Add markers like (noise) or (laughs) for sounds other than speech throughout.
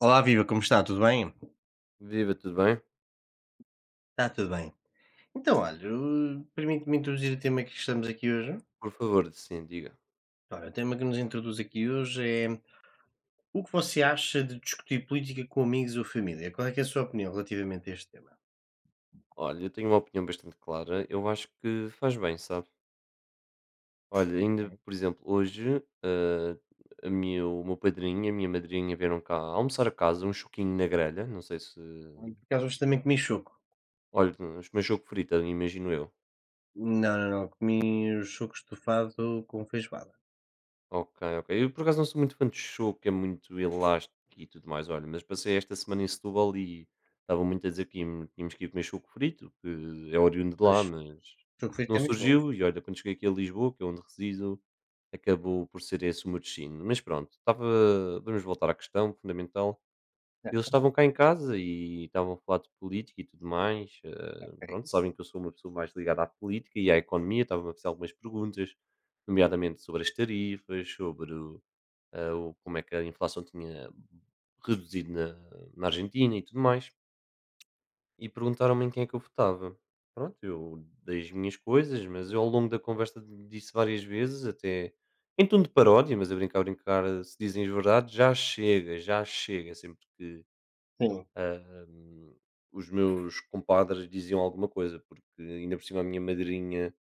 Olá, viva, como está? Tudo bem? Viva, tudo bem? Está tudo bem. Então, olha, permite-me introduzir o tema que estamos aqui hoje. Por favor, sim, diga. Olha, o tema que nos introduz aqui hoje é o que você acha de discutir política com amigos ou família? Qual é que é a sua opinião relativamente a este tema? Olha, eu tenho uma opinião bastante clara. Eu acho que faz bem, sabe? Olha, ainda, Ok. por exemplo, hoje, a minha, o meu padrinho e a minha madrinha vieram cá almoçar a casa, um choquinho na grelha. Não sei se. Olha, por acaso hoje também comi choco. Olha, os meus choco frito, imagino eu. Não, não, não, comi o choco estufado com feijoada. Ok, ok. Eu por acaso não sou muito fã de show, que é muito elástico e tudo mais. Olha, mas passei esta semana em Setúbal e estavam muito a dizer que tínhamos que ir comer choco frito, que é oriundo de Pois, lá, o mas choco feito não é muito bom. surgiu. E olha, quando cheguei aqui a Lisboa, que é onde resido, acabou por ser esse o meu destino. Mas pronto, estava. Vamos voltar à questão fundamental. Eles Ah, estavam cá em casa e estavam a falar de política e tudo mais, pronto, ok. sabem que eu sou uma pessoa mais ligada à política e à economia, estavam a fazer algumas perguntas, nomeadamente sobre as tarifas, sobre o, eh, o- como é que a inflação tinha reduzido na Argentina e tudo mais, e perguntaram-me em quem é que eu votava. Pronto, eu dei as minhas coisas, mas eu ao longo da conversa disse várias vezes, até em tom de paródia, mas a brincar, se dizem as verdades, já chega, sempre que Sim, Ahm, os meus compadres diziam alguma coisa, porque ainda por cima a minha madrinha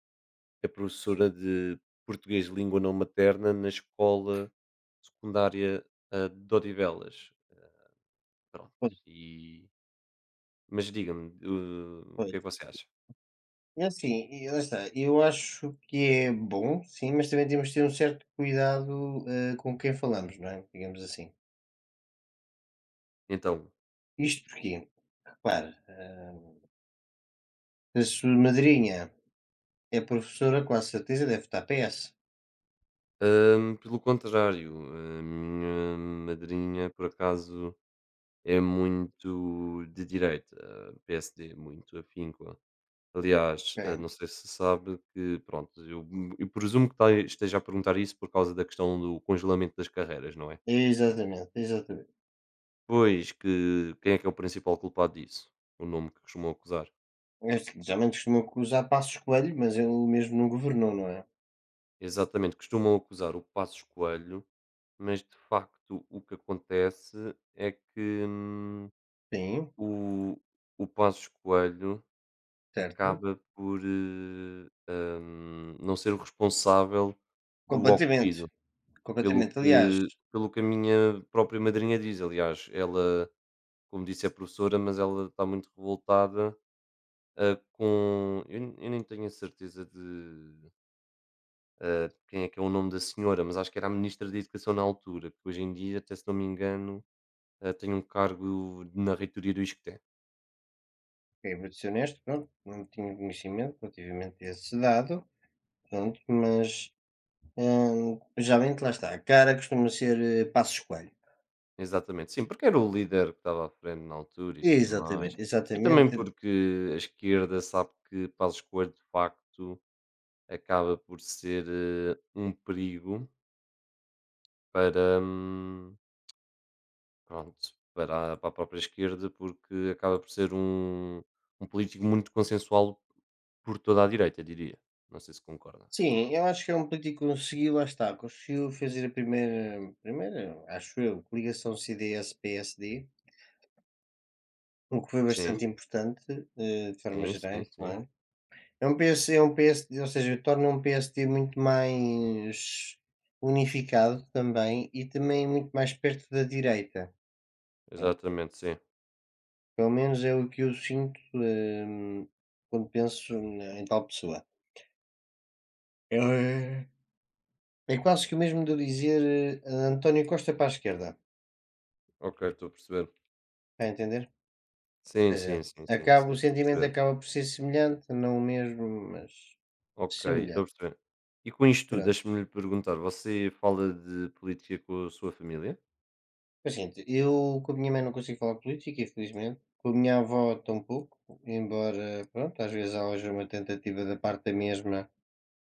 é professora de português de língua não materna na escola secundária, de Odivelas. Pronto. pois, E... Mas diga-me, o que é que pois. você acha? É assim, e lá está, eu acho que é bom, sim, mas também temos de ter um certo cuidado, com quem falamos, não é? Digamos assim. Então, Isto porque, repare, a sua madrinha é professora, com a certeza deve estar PS. Pelo contrário, a minha madrinha, por acaso, é muito de direita, PSD, muito afinco. Aliás, Ok. não sei se sabe que, pronto, eu presumo que ta esteja a perguntar isso por causa da questão do congelamento das carreiras, não é? Exatamente, exatamente. Pois, que quem é que é o principal culpado disso? O nome que costumam acusar. Este, geralmente costumam usar Passos Coelho, mas ele mesmo não governou, não é? Exatamente, costumam acusar o Passos Coelho, mas de facto o que acontece é que, Sim, o o Passos Coelho certo. acaba por, não ser o responsável do Completamente, ocorrido. Pelo completamente. Aliás, que pelo que a minha própria madrinha diz. Aliás, ela, como disse, é professora, mas ela está muito revoltada, com eu nem tenho a certeza de, quem é que é o nome da senhora, mas acho que era a ministra da educação na altura, que hoje em dia, até se não me engano, tem um cargo na reitoria do ISCTE. ok, vou ser honesto, pronto, não tinha conhecimento relativamente a esse dado, pronto, mas geralmente lá está, a cara costuma ser, Passos Coelho. Exatamente, sim, porque era o líder que estava à frente na altura e tudo mais, Exatamente, e também exatamente. porque a esquerda sabe que Passos Coelho, de facto, acaba por ser, um perigo para, pronto, para a própria esquerda, porque acaba por ser um político muito consensual por toda a direita, diria. Não sei se concorda. Sim, eu acho que é um político que conseguiu, lá está, conseguiu fazer a primeira, acho eu, coligação CDS-PSD, o que foi Sim, bastante importante, de formas sim, sim, gerais, não sim. é? É um PS é um PSD, ou seja, torna um PSD muito mais unificado também e também muito mais perto da direita. Exatamente, sim. Pelo menos é o que eu sinto, quando penso na em tal pessoa. É é quase que o mesmo de eu dizer, António Costa para a esquerda, Ok, estou a perceber. está a entender? Ou Sim, seja, sim, sim, sim, sim, acaba o estou a sentimento perceber. acaba por ser semelhante, não o mesmo, mas Ok, estou a semelhante. perceber. E com isto tudo, Pronto. deixa-me lhe perguntar, você fala de política com a sua família? É o seguinte, eu com a minha mãe não consigo falar política, infelizmente. Com a minha avó tampouco, embora, pronto, às vezes haja uma tentativa da parte da mesma,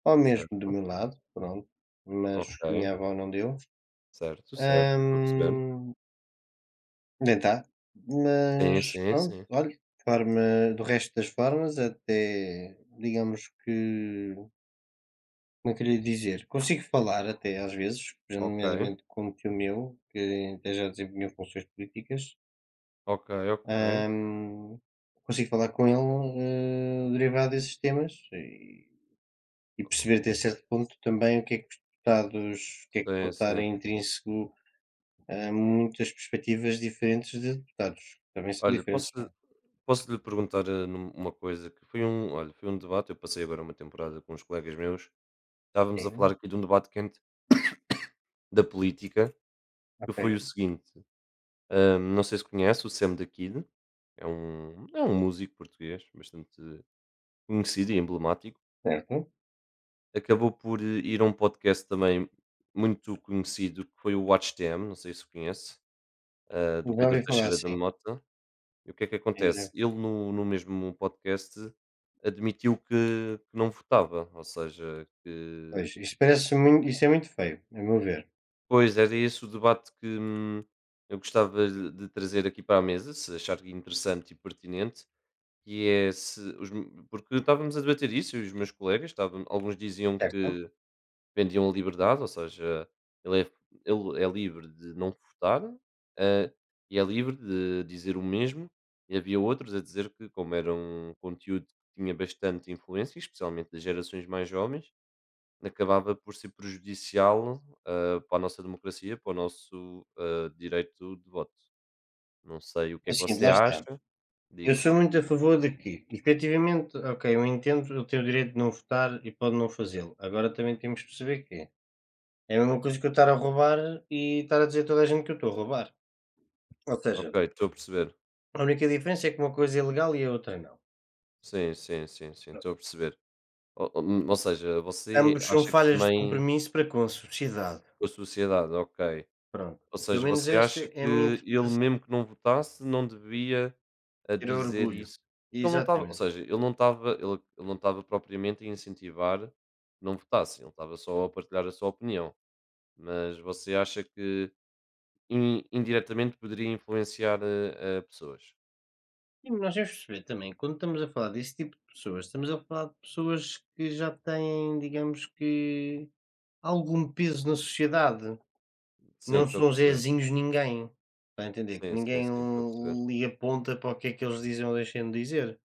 ou mesmo do Certo. meu lado, pronto, mas com a Ok, minha avó não deu. certo, certo, estou a perceber. Hum, nem está. Sim, Mas sim, pronto, sim. olha, de forma, do resto das formas, até digamos que, como é que eu lhe dizer, consigo falar até às vezes, Ok, nomeadamente com o tio meu, que até já desempenhou funções políticas, ok, ok. hum, consigo falar com ele, derivado desses temas e perceber até certo ponto também o que é que os deputados, o que é que Sim, pode estar sim. intrínseco. Há muitas perspectivas diferentes de deputados, também são Olha, posso, diferentes, não é? posso lhe perguntar uma coisa que foi um debate, eu passei agora uma temporada com uns colegas meus, estávamos a falar Sim, aqui de um debate quente da política, que foi o ok, seguinte, não sei se conhece o Sam da Kid, é um músico português, bastante conhecido e emblemático, certo. acabou por ir a um podcast também muito conhecido, que foi o Watch WatchTM, não sei se conhece, do Já Pedro ouvi falar Teixeira da assim. Mota. E o que é que acontece? Ele, no mesmo podcast, admitiu que não votava, ou seja, que. Pois, isso é muito feio, a meu ver, Pois, era esse o debate que eu gostava de trazer aqui para a mesa, se achar interessante e pertinente, que é se. Porque estávamos a debater isso, eu e os meus colegas, estavam, alguns diziam certo? que vendiam a liberdade, ou seja, ele é ele é livre de não votar, hã, e é livre de dizer o mesmo, e havia outros a dizer que, como era um conteúdo que tinha bastante influência, especialmente das gerações mais jovens, acabava por ser prejudicial, para a nossa democracia, para o nosso, direito de voto. Não sei o que É é que o seguinte, você lá está, acha. eu Diga-me. sou muito a favor de que, efetivamente, ok, eu entendo, ele tem o direito de não votar e pode não fazê-lo, agora também temos que perceber que é a mesma coisa que eu estar a roubar e estar a dizer a toda a gente que eu estou a roubar. Ou seja, Ok, estou a perceber. a única diferença é que uma coisa é legal e a outra não. Sim, sim, sim, sim, estou a perceber. Ou ou ou seja, você Ambos são acha que falhas de também. compromisso para com a sociedade. Com a sociedade, ok. Pronto, Ou pelo seja, menos você esta acha é a minha que ele interpretação, mesmo que não votasse, não devia, ter dizer orgulho. isso? Porque ele não estava, ou Exatamente. seja, ele não estava, ele não estava propriamente a incentivar que não votasse. Ele estava só a partilhar a sua opinião. Mas você acha que in indiretamente poderia influenciar a pessoas? E nós temos que perceber também, quando estamos a falar desse tipo de pessoas, estamos a falar de pessoas que já têm, digamos que, algum peso na sociedade, Sim, não estou a são perceber. zezinhos ninguém, está a entender? Que Sim, sim, ninguém sim, estou a perceber. lhe aponta para o que é que eles dizem ou deixam de dizer.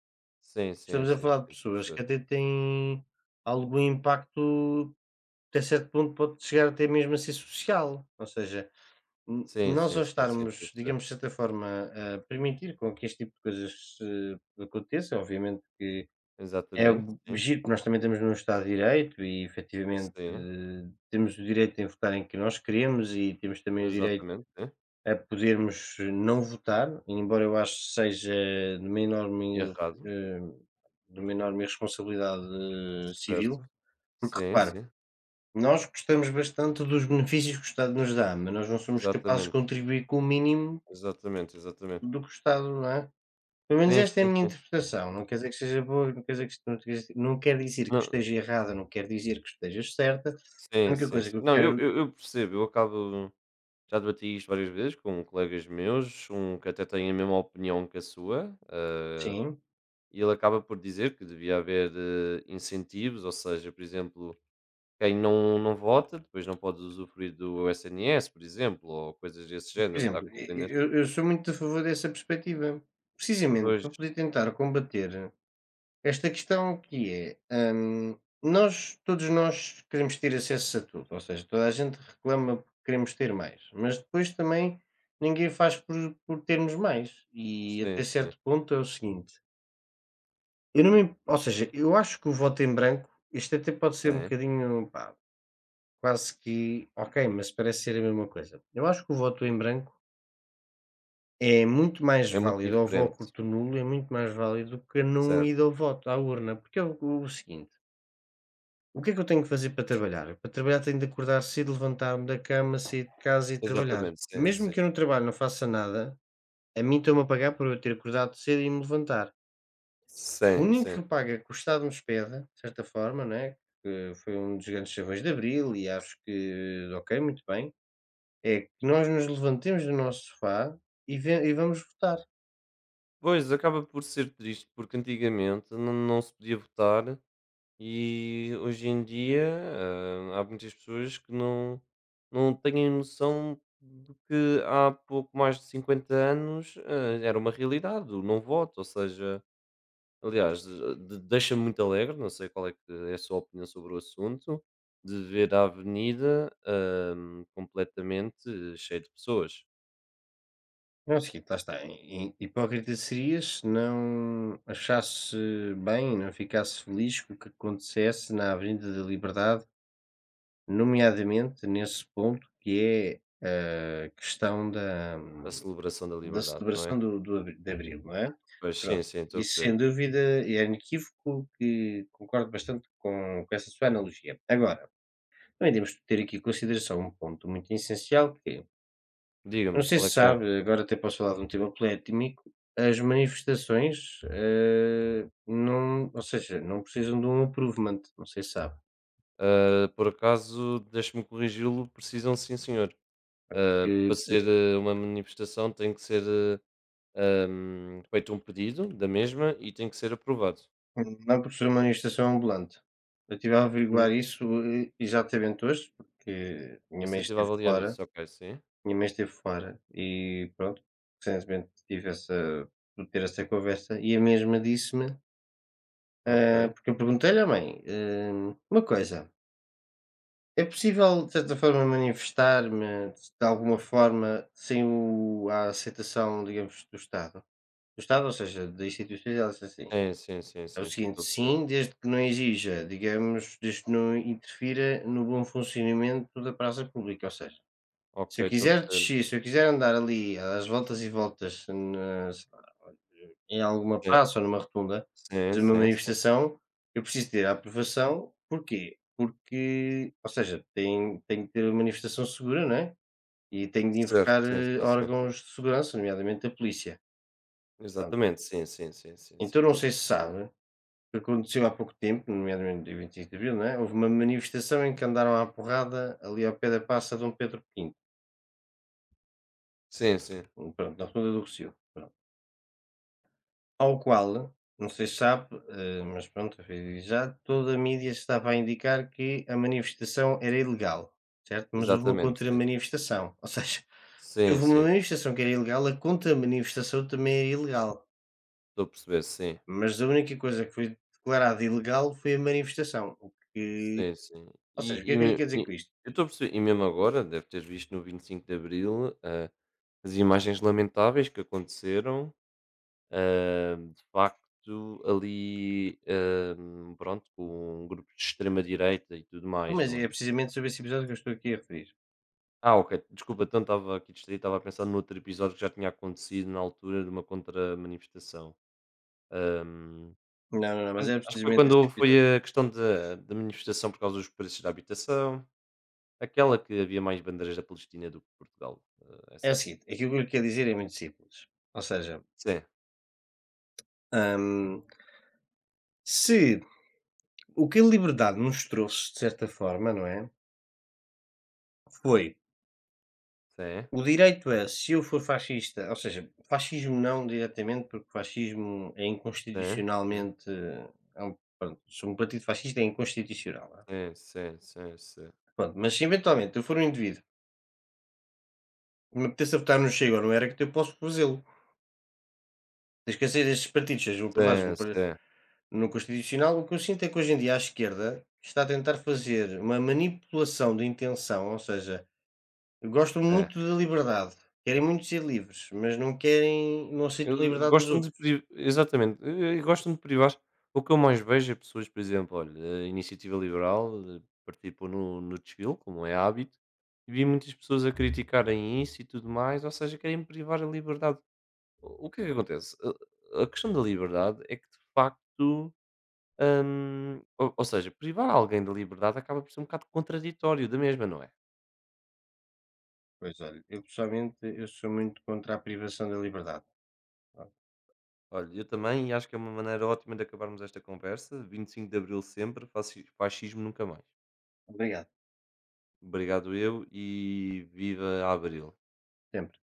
Sim, sim, Estamos a sim, falar de sim, estou a pessoas que perceber. até têm algum impacto, até certo ponto pode chegar até mesmo a ser social, ou seja, N Sim, nós sim, ao sim, sim, estou a estarmos, perceber. digamos, de certa forma, a permitir com que este tipo de coisas se aconteça, obviamente que é Exatamente, o sim. giro que nós também temos num Estado de Direito e efetivamente Sim, temos o direito em votar em que nós queremos e temos também o direito exatamente, sim. a podermos não votar, embora eu acho que seja de uma enorme, Errado, eh, de uma enorme irresponsabilidade certo. civil, porque Sim, repara, sim. nós gostamos bastante dos benefícios que o Estado nos dá, mas nós não somos capazes de Exatamente, contribuir com o mínimo exatamente, exatamente. do que o Estado, não é? Pelo menos Sim, esta é a sim, minha sim. interpretação, não quer dizer que seja boa, não quer dizer que isto não esteja, não quer dizer que Não. esteja errada, não quer dizer que esteja certa, a Sim, única sim, coisa sim. que eu Não, eu quero. eu eu percebo, eu acabo já debati isto várias vezes com colegas meus, um que até tem a mesma opinião que a sua, Sim, e ele acaba por dizer que devia haver, incentivos, ou seja, por exemplo, quem não vota, depois não pode usufruir do SNS, por exemplo, ou coisas desse por género, está a exemplo, e compreender? eu sou muito a favor dessa perspectiva, precisamente Pois, para poder tentar combater esta questão que é, nós queremos ter acesso a tudo, ou seja, toda a gente reclama porque queremos ter mais, mas depois também ninguém faz por termos mais, e sim, até sim, certo ponto é o seguinte. Eu não me Ou seja, eu acho que o voto em branco, isto até pode ser um sim. bocadinho, pá, quase que ok, mas parece ser a mesma coisa. Eu acho que o voto em branco é muito mais É muito válido, ou o diferente, voto nulo é muito mais válido do que não ir certo. ao voto, à urna, porque é o seguinte: o que é que eu tenho que fazer para trabalhar? Eu, para trabalhar, tenho de acordar cedo, levantar-me da cama, sair de casa e trabalhar. Exatamente, sim, Mesmo sim. que eu no trabalho não faça nada, a mim estão-me a pagar por eu ter acordado cedo e me levantar. O Sim, único sim. que paga que o Estado nos pede, de certa forma, né, que foi um dos grandes chavões de abril e acho que, ok, muito bem, é que nós nos levantemos do nosso sofá e ve e vamos votar. Pois, acaba por ser triste, porque antigamente não se podia votar e hoje em dia, há muitas pessoas que não têm noção de que há pouco mais de 50 anos, era uma realidade o não voto, ou seja. Aliás, deixa-me muito alegre, não sei qual é que é a sua opinião sobre o assunto, de ver a avenida, completamente cheia de pessoas. Não. É o seguinte, lá está, hi hi hipócrita seria se não achasse bem, não ficasse feliz com o que acontecesse na Avenida da Liberdade, nomeadamente nesse ponto que é a questão da. A celebração da Da liberdade, não é? celebração do do abri de abril, não é? Pois, sim, Pronto, sim, estou a isso perceber. sem dúvida é inequívoco que concordo bastante com essa sua analogia. Agora, também temos de ter aqui em consideração um ponto muito essencial que é, não Diga-me, sei qual é se que é? sabe, agora até posso falar de um tema polémico, as manifestações, não, ou seja, não precisam de um aprovamento. Não sei se sabe, Ah, por acaso, deixe-me corrigi-lo, precisam sim, senhor. Ah, para que ser uma manifestação tem que ser feito um pedido da mesma e tem que ser aprovado. não, por ser uma manifestação ambulante. Eu estive a Hum, averiguar isso, exatamente hoje, porque minha Você mãe esteve a esteve avaliar fora. isso, ok, sim, Minha mãe esteve fora e pronto, recentemente tive essa pude ter essa conversa e a mesma disse-me, ok. porque eu perguntei-lhe: "Ó mãe, hã, uma coisa, é possível de certa forma manifestar-me de alguma forma sem o a aceitação, digamos, do Estado?" Do Estado, ou seja, da instituição, ela disse assim: Sim, sim, sim, "É o sim, sim, estou seguinte, a perceber. sim, desde que não exija, digamos, desde que não interfira no bom funcionamento da praça pública", ou seja. Ok, estou a perceber. Se eu quiser andar ali às voltas e voltas na, sei lá, em alguma Sim, praça ou numa rotunda, sim, fazer uma sim, sim. manifestação, eu preciso ter a aprovação, porquê? Porque, ou seja, tem que ter uma manifestação segura, não é, e tenho de Certo, invocar sim, sim, sim. órgãos de segurança, nomeadamente a polícia. Pronto, Exatamente, sim, sim, sim, sim, sim, então não estou a sei perceber. se sabe, que aconteceu há pouco tempo, nomeadamente dia 25 de abril, não é, houve uma manifestação em que andaram à porrada ali ao pé da praça Dom Pedro Quinto, Sim, sim, pronto, na rotunda do Rossio. Ao qual, não sei se sabe, mas pronto, já toda a mídia estava a indicar que a manifestação era ilegal, certo? Mas houve uma exatamente, sim. contra-manifestação, (laughs) ou seja, se Sim, houve uma sim. manifestação que era ilegal, a contra-manifestação também é ilegal, Estou a perceber, sim. mas a única coisa que foi declarada ilegal foi a manifestação, o que, Sim, sim. ou seja, o que E é que eu me lhe quero dizer e com isto? Eu estou a perceber e mesmo agora deve ter visto no 25 de Abril, as imagens lamentáveis que aconteceram, de facto ali, pronto, com grupos de extrema direita e tudo Ah, mais, mas não é é? precisamente sobre esse episódio que eu estou aqui a referir. Ah, ok, desculpa, então estava aqui distraído, estava a pensar num outro episódio que já tinha acontecido na altura de uma contra-manifestação. Hã, Não, não, não, mas quando é Acho que foi precisamente esse quando episódio. foi a questão da manifestação por causa dos preços da habitação. Aquela que havia mais bandeiras da Palestina do que Portugal, É essa o mesmo. seguinte, aquilo que eu lhe quero dizer é muito simples, ou seja, Sim, hã, se o que a liberdade nos trouxe, de certa forma, não é? Foi sim, o direito a, se eu for fascista, ou seja, fascismo não diretamente, porque fascismo é sim, sim, inconstitucionalmente. Se um partido fascista é inconstitucional, não é? sim, sim, sim, sim, Pronto, mas se eventualmente eu for um indivíduo que me apeteça votar no Chega ou no Era, que eu posso fazê-lo. Desde que estes partidos sejam aprovados sim, sim. no Constitucional, o que eu sinto é que hoje em dia a esquerda está a tentar fazer uma manipulação de intenção, ou seja, gostam muito da liberdade, querem muito ser livres, mas não aceitam a Eu liberdade dos gostam de outros. pri Exatamente, e gostam de privar. O que eu mais vejo é pessoas, por exemplo, olha, a Iniciativa Liberal, participou no desfile, como é hábito, e vi muitas pessoas a criticarem isso e tudo mais, ou seja, querem privar a liberdade. O que é que acontece? A questão da liberdade é que de facto. Ou seja, privar alguém da liberdade acaba por ser um bocado contraditório da mesma, não é? Pois olha, eu pessoalmente, eu sou muito contra a privação da liberdade. Pronto, Olha, eu também acho que é uma maneira ótima de acabarmos esta conversa. 25 de Abril sempre, fascismo nunca mais. obrigado, Obrigado eu e viva Abril. sempre.